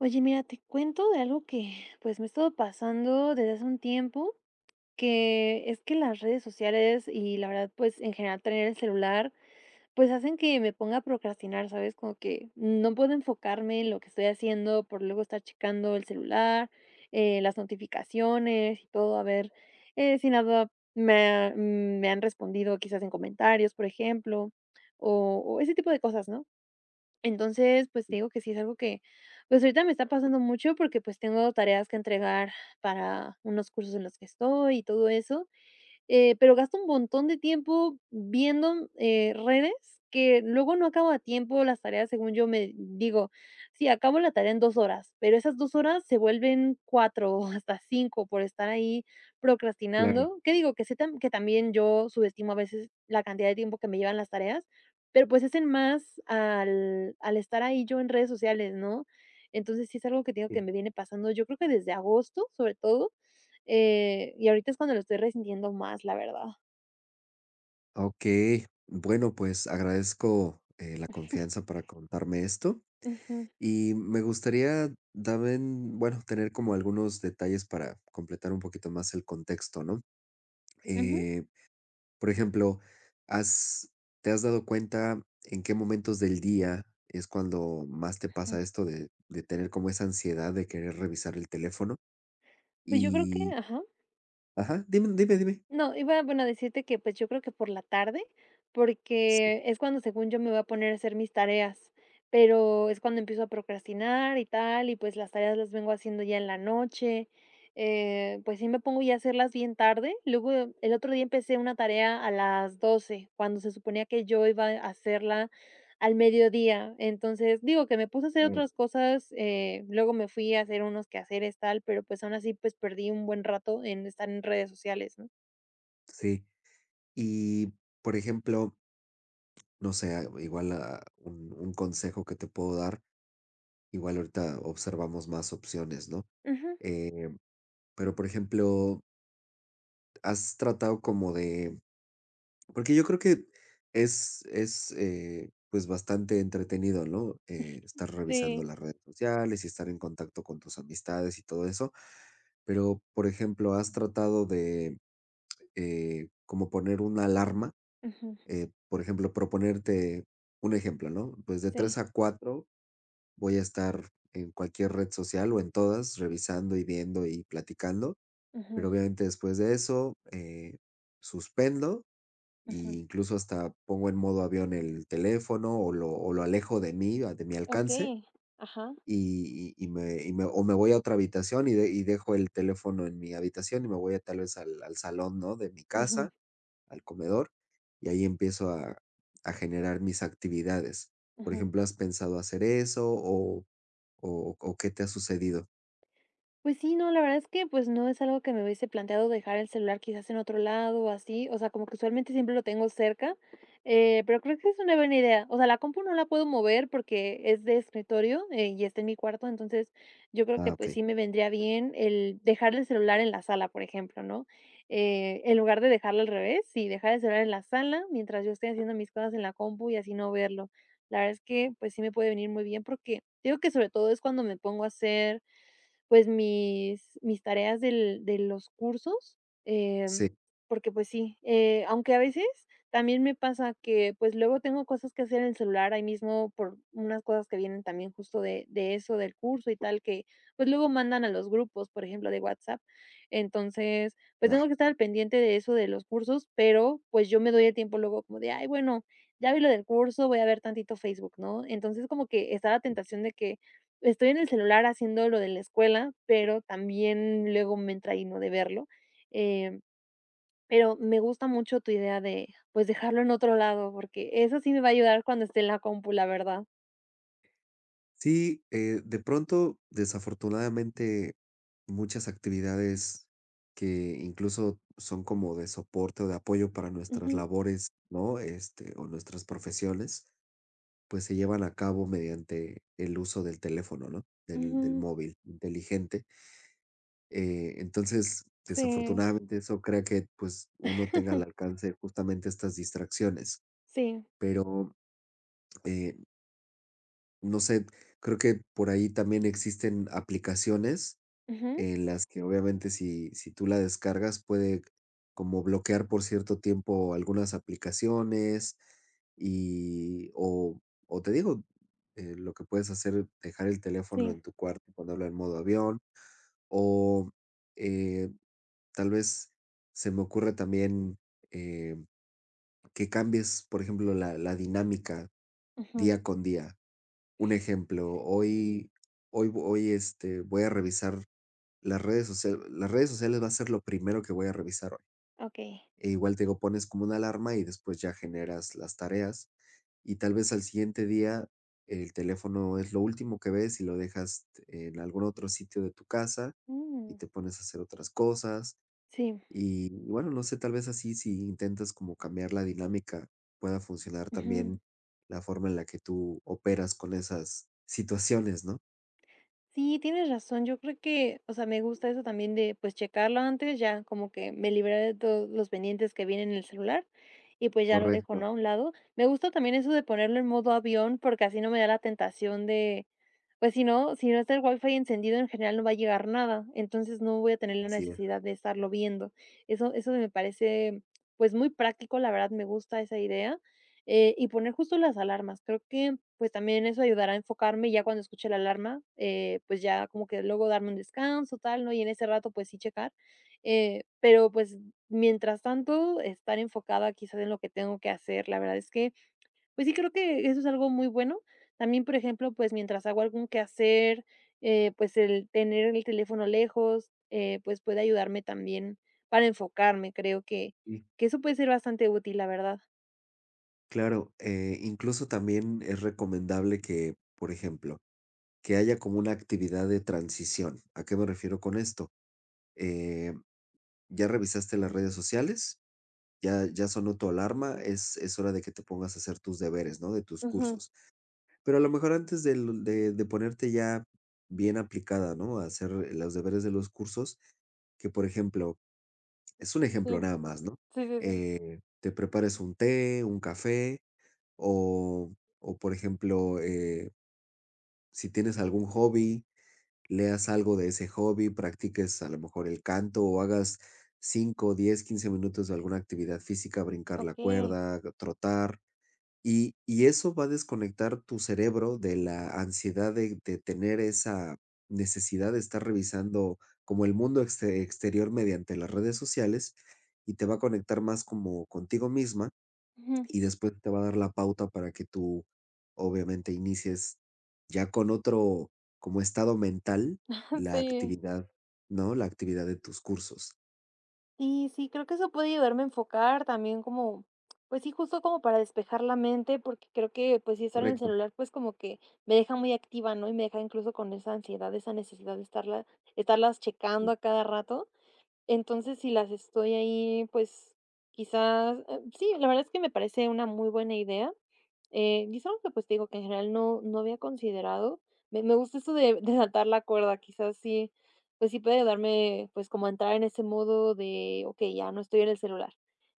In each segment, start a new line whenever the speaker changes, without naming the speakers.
Oye, mira, te cuento de algo que, pues, me ha estado pasando desde hace un tiempo, que es que las redes sociales y la verdad, pues, en general tener el celular, pues, hacen que me ponga a procrastinar, ¿sabes? Como que no puedo enfocarme en lo que estoy haciendo por luego estar checando el celular, las notificaciones y todo, a ver, si nada me han respondido quizás en comentarios, por ejemplo, o ese tipo de cosas, ¿no? Entonces, pues, te digo que sí es algo que, pues, ahorita me está pasando mucho porque, pues, tengo tareas que entregar para unos cursos en los que estoy y todo eso, pero gasto un montón de tiempo viendo, redes que luego no acabo a tiempo las tareas, según yo me digo, sí, acabo la tarea en 2 horas, pero esas 2 horas se vuelven 4 o hasta 5 por estar ahí
Claro,
procrastinando. ¿Qué digo? Que también yo subestimo a veces la cantidad de tiempo que me llevan las tareas, pero, pues, es en más al estar ahí yo en redes sociales, ¿no? Entonces, sí es algo que te digo que
sí.
me viene pasando, yo creo que desde agosto, sobre todo. Y ahorita es cuando lo estoy resintiendo más, la verdad.
Okey. Bueno, pues, agradezco, la confianza para contarme esto,
Ujú,
y me gustaría también, bueno, tener como algunos detalles para completar un poquito más el contexto, ¿no?
ujú.
Eh, por ejemplo, ¿has ¿te has dado cuenta en qué momentos del día es cuando más te
Ujú.
pasa esto de tener como esa ansiedad de querer revisar el teléfono?
Pues yo creo que
Y
ajá.
ajá, dime, dime, dime.
No, iba, bueno, a decirte que, pues, yo creo que por la tarde,
Sí,
porque es cuando, según yo, me voy a poner a hacer mis tareas, pero es cuando empiezo a procrastinar y tal, y, pues, las tareas las vengo haciendo ya en la noche, pues, sí me pongo ya a hacerlas bien tarde. Luego, el otro día empecé una tarea a las 12 cuando se suponía que yo iba a hacerla al mediodía. Entonces, digo que me puse a hacer
claro.
otras cosas, luego me fui a hacer unos quehaceres, tal, pero, pues, aún así, pues, perdí un buen rato en estar en redes sociales, ¿no?
Sí. Y, por ejemplo, no sé, un consejo que te puedo dar, igual ahorita observamos más opciones, ¿no?
Ujú,
Eh, pero por ejemplo, ¿has tratado como de, porque yo creo que es, pues, bastante entretenido, ¿no? Estar revisando
sí,
las redes sociales y estar en contacto con tus amistades y todo eso, pero por ejemplo, ¿has tratado de como poner una alarma,
ujú,
por ejemplo, proponerte un ejemplo, ¿no? Pues de tres
sí,
a 4 voy a estar en cualquier red social o en todas, revisando y viendo y platicando,
ujú,
pero obviamente después de eso, suspendo e
ujú.
incluso hasta pongo en modo avión el teléfono o lo alejo de mí, de mi alcance,
Okey, ajá,
o me voy a otra habitación y, y dejo el teléfono en mi habitación y me voy a, tal vez al, al salón, ¿no? De mi
ujú,
casa, al comedor, y ahí empiezo a generar mis actividades. Por
ujú.
ejemplo, ¿has pensado hacer eso? O ¿o o qué te ha sucedido?
Pues sí, no, la verdad es que, pues, no es algo que me hubiese planteado dejar el celular quizás en otro lado o así, o sea, como que usualmente siempre lo tengo cerca, pero creo que es una buena idea. O sea, la compu no la puedo mover porque es de escritorio, y está en mi cuarto, entonces yo creo que,
Ah,
pues,
okey.
sí me vendría bien el dejar el celular en la sala, por ejemplo, ¿no? En lugar de dejarlo al revés, sí, dejar el celular en la sala mientras yo estoy haciendo mis cosas en la compu y así no verlo. La verdad es que, pues, sí me puede venir muy bien porque digo que sobre todo es cuando me pongo a hacer pues, mis tareas del de los cursos, em,
Sí,
porque, pues sí, aunque a veces también me pasa que, pues, luego tengo cosas que hacer en el celular ahí mismo por unas cosas que vienen también justo de eso, del curso y tal, que, pues, luego mandan a los grupos, por ejemplo, de WhatsApp. Entonces, pues, tengo
ya.
que estar al pendiente de eso de los cursos, pero, pues, yo me doy el tiempo luego como de: "Ay, bueno, ya vi lo del curso, voy a ver tantito Facebook", ¿no? Entonces, como que está la tentación de que, estoy en el celular haciendo lo de la escuela, pero también luego me entra no de verlo, em, pero me gusta mucho tu idea de, pues, dejarlo en otro lado, porque eso sí me va a ayudar cuando esté en la compu, la verdad.
Sí, de pronto, desafortunadamente, muchas actividades que incluso son como de soporte o de apoyo para nuestras
Ujú,
labores, ¿no? Este, o nuestras profesiones, pues se llevan a cabo mediante el uso del teléfono, ¿no? Del
ujú,
móvil inteligente. Entonces,
sí.
desafortunadamente, eso crea que, pues, uno tenga al alcance justamente estas distracciones.
Sí,
Pero, eh no sé, creo que por ahí también existen aplicaciones
ujú,
en las que obviamente si tú la descargas puede como bloquear por cierto tiempo algunas aplicaciones y o te digo, lo que puedes hacer, dejar el teléfono
sí,
en tu cuarto, ponerlo en modo avión o eh, tal vez, se me ocurre también, eh, que cambies, por ejemplo, la dinámica
ujú,
día con día. Un ejemplo, hoy, este, voy a revisar las redes sociales va a ser lo primero que voy a revisar hoy.
okey.
E igual te digo, pones como una alarma y después ya generas las tareas, y tal vez al siguiente día el teléfono es lo último que ves y lo dejas en algún otro sitio de tu casa y
Mm,
te pones a hacer otras cosas.
sí,
Y bueno, no sé, tal vez así, si intentas como cambiar la dinámica, pueda funcionar
ujú.
también la forma en la que tú operas con esas situaciones, ¿no?
Sí, tienes razón. Yo creo que, o sea, me gusta eso también de, pues, checarlo antes, ya como que me libraré de todos los pendientes que vienen en el celular y pues ya lo dejo,
Correcto,
¿no? A un lado. Me gusta también eso de ponerlo en modo avión porque así no me da la tentación de, pues si no, si no está el wifi encendido en general no va a llegar nada, entonces no voy a tener la
así es.
necesidad de estarlo viendo. Eso me parece pues muy práctico, la verdad me gusta esa idea. Y poner justo las alarmas. Creo que, pues, también eso ayudará a enfocarme, y ya cuando escuche la alarma, pues, ya como que luego darme un descanso, tal, ¿no? Y en ese rato, pues, sí checar. Pero, pues, mientras tanto, estar enfocada quizás en lo que tengo que hacer. La verdad es que, pues sí, creo que eso es algo muy bueno. También, por ejemplo, pues, mientras hago algún quehacer, pues, el tener el teléfono lejos, pues, puede ayudarme también para enfocarme. Creo que
Y
eso puede ser bastante útil, la verdad.
claro, incluso también es recomendable que, por ejemplo, que haya como una actividad de transición. ¿A qué me refiero con esto? Eh, ¿Ya revisaste las redes sociales? ¿Ya sonó tu alarma? Es hora de que te pongas a hacer tus deberes, ¿no? De tus
Ujú.
cursos. Pero a lo mejor antes del de ponerte ya bien aplicada, ¿no?, a hacer, los deberes de los cursos, que, por ejemplo, es un ejemplo
Sí.
nada más, ¿no?,
Sí, sí, sí.
te prepares un té, un café o o, por ejemplo, si tienes algún hobby, leas algo de ese hobby, practiques a lo mejor el canto o hagas 5, 10, 15 minutos de alguna actividad física, brincar la
Okey.
cuerda, trotar. Y eso va a desconectar tu cerebro de la ansiedad de tener esa necesidad de estar revisando como el mundo exterior mediante las redes sociales, y te va a conectar más como contigo misma,
Ujú.
y después te va a dar la pauta para que tú, obviamente, inicies ya con otro como estado mental la
Sí.
actividad, ¿no? La actividad de tus cursos.
Y sí, creo que eso puede ayudarme a enfocar también como, pues sí, justo como para despejar la mente, porque creo que, pues sí, estar en el
Correcto,
celular, pues como que me deja muy activa, ¿no? Y me deja incluso con esa ansiedad, esa necesidad de estarlas checando a cada rato. Entonces, si las estoy ahí, pues quizás, sí, la verdad es que me parece una muy buena idea. Y es algo que, pues, te digo que en general no había considerado. Me gusta eso de atar la cuerda, quizás sí, pues sí puede ayudarme, pues, como a entrar en ese modo de: "Okey, ya no estoy en el celular".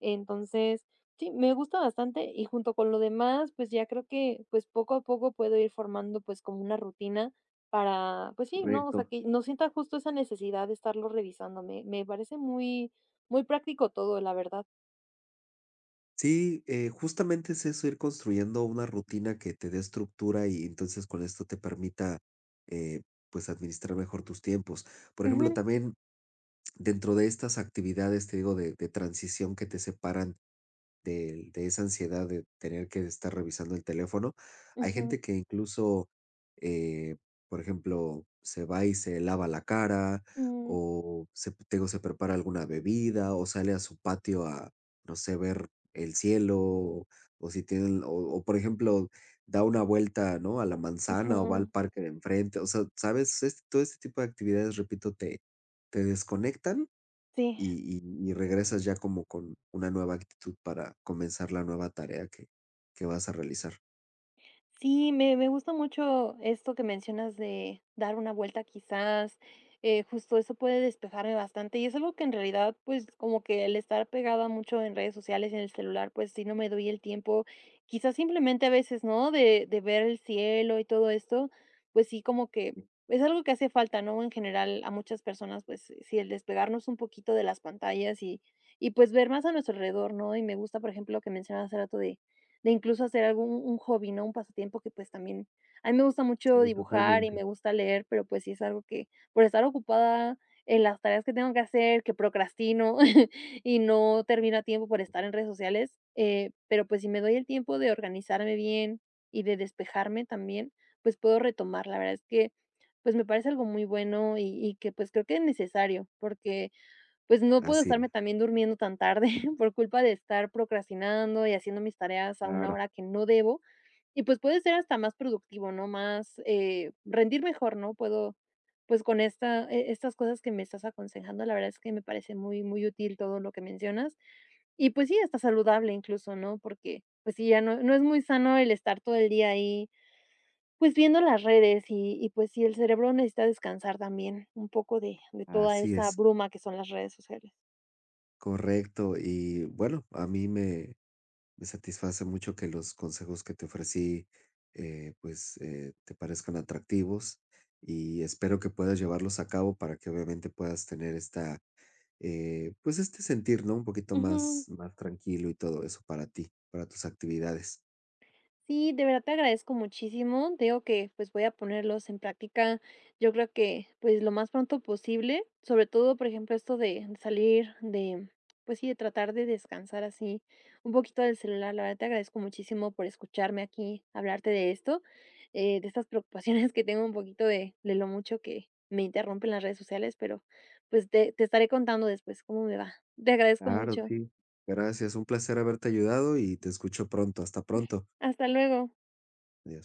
Entonces, sí, me gusta bastante y junto con lo demás, pues, ya creo que, pues, poco a poco puedo ir formando, pues, como una rutina para, pues sí, ¿no? O sea,
correcto.
que no sienta justo esa necesidad de estarlo revisando. Me parece muy muy práctico todo, la verdad.
Sí, justamente es eso, ir construyendo una rutina que te dé estructura y entonces con esto te permita, eh, pues, administrar mejor tus tiempos. Por ejemplo,
Ujú,
también dentro de estas actividades, te digo, de transición, que te separan de esa ansiedad de tener que estar revisando el teléfono. Hay
ujú,
gente que incluso, eh, por ejemplo, se va y se lava la cara,
mm,
o se prepara alguna bebida, o sale a su patio a, no sé, ver el cielo, o si tienen, o, por ejemplo, da una vuelta, ¿no?, a la manzana, o va
ujú,
al parque de enfrente. O sea, ¿sabes? Es todo este tipo de actividades, repito, te te desconectan
sí.
y regresas ya como con una nueva actitud para comenzar la nueva tarea que vas a realizar.
Sí, me gusta mucho esto que mencionas de dar una vuelta quizás, justo eso puede despejarme bastante, y es algo que en realidad, pues, como que el estar pegada mucho en redes sociales, en el celular, pues, si no me doy el tiempo, quizás simplemente a veces, ¿no?, de ver el cielo y todo esto, pues sí, como que es algo que hace falta, ¿no?, en general a muchas personas, pues sí, el despegarnos un poquito de las pantallas y, pues, ver más a nuestro alrededor, ¿no? Y me gusta, por ejemplo, lo que mencionabas hace rato de incluso hacer algún un hobby, ¿no? Un pasatiempo que, pues, también a mí me gusta mucho
Sí,
dibujar y me
totalmente.
gusta leer, pero, pues, sí es algo que por estar ocupada en las tareas que tengo que hacer, que procrastino y no termino a tiempo por estar en redes sociales, pero, pues, si me doy el tiempo de organizarme bien y de despejarme también, pues, puedo retomar. La verdad es que, pues, me parece algo muy bueno y que, pues, creo que es necesario, porque pues no puedo
Así es.
estarme también durmiendo tan tarde por culpa de estar procrastinando y haciendo mis tareas a una
Claro.
hora que no debo, y pues puede ser hasta más productivo, ¿no? Más, rendir mejor, ¿no? Puedo, pues con estas cosas que me estás aconsejando, la verdad es que me parece muy, muy útil todo lo que mencionas. Y pues sí, hasta saludable incluso, ¿no? Porque, pues sí, ya no es muy sano el estar todo el día ahí, pues viendo las redes y pues sí, el cerebro necesita descansar también un poco de toda
Así
esa
es,
bruma que son las redes sociales.
correcto. Y bueno, a mí me me satisface mucho que los consejos que te ofrecí, pues, te parezcan atractivos y espero que puedas llevarlos a cabo para que obviamente puedas tener esta, pues, este sentir, ¿no? Un poquito
Ujú.
más, más tranquilo y todo eso para ti, para tus actividades.
Sí, de verdad te agradezco muchísimo. Te digo que, pues, voy a ponerlos en práctica, yo creo que, pues, lo más pronto posible, sobre todo, por ejemplo, esto de salir de, pues sí, de tratar de descansar así un poquito del celular. La verdad te agradezco muchísimo por escucharme aquí, hablarte de esto, de estas preocupaciones que tengo un poquito de lo mucho que me interrumpen las redes sociales, pero, pues, te estaré contando después cómo me va. Te agradezco
Claro,
mucho.
sí. Gracias. Un placer haberte ayudado y te escucho pronto. Hasta pronto.
Hasta luego.
Adiós.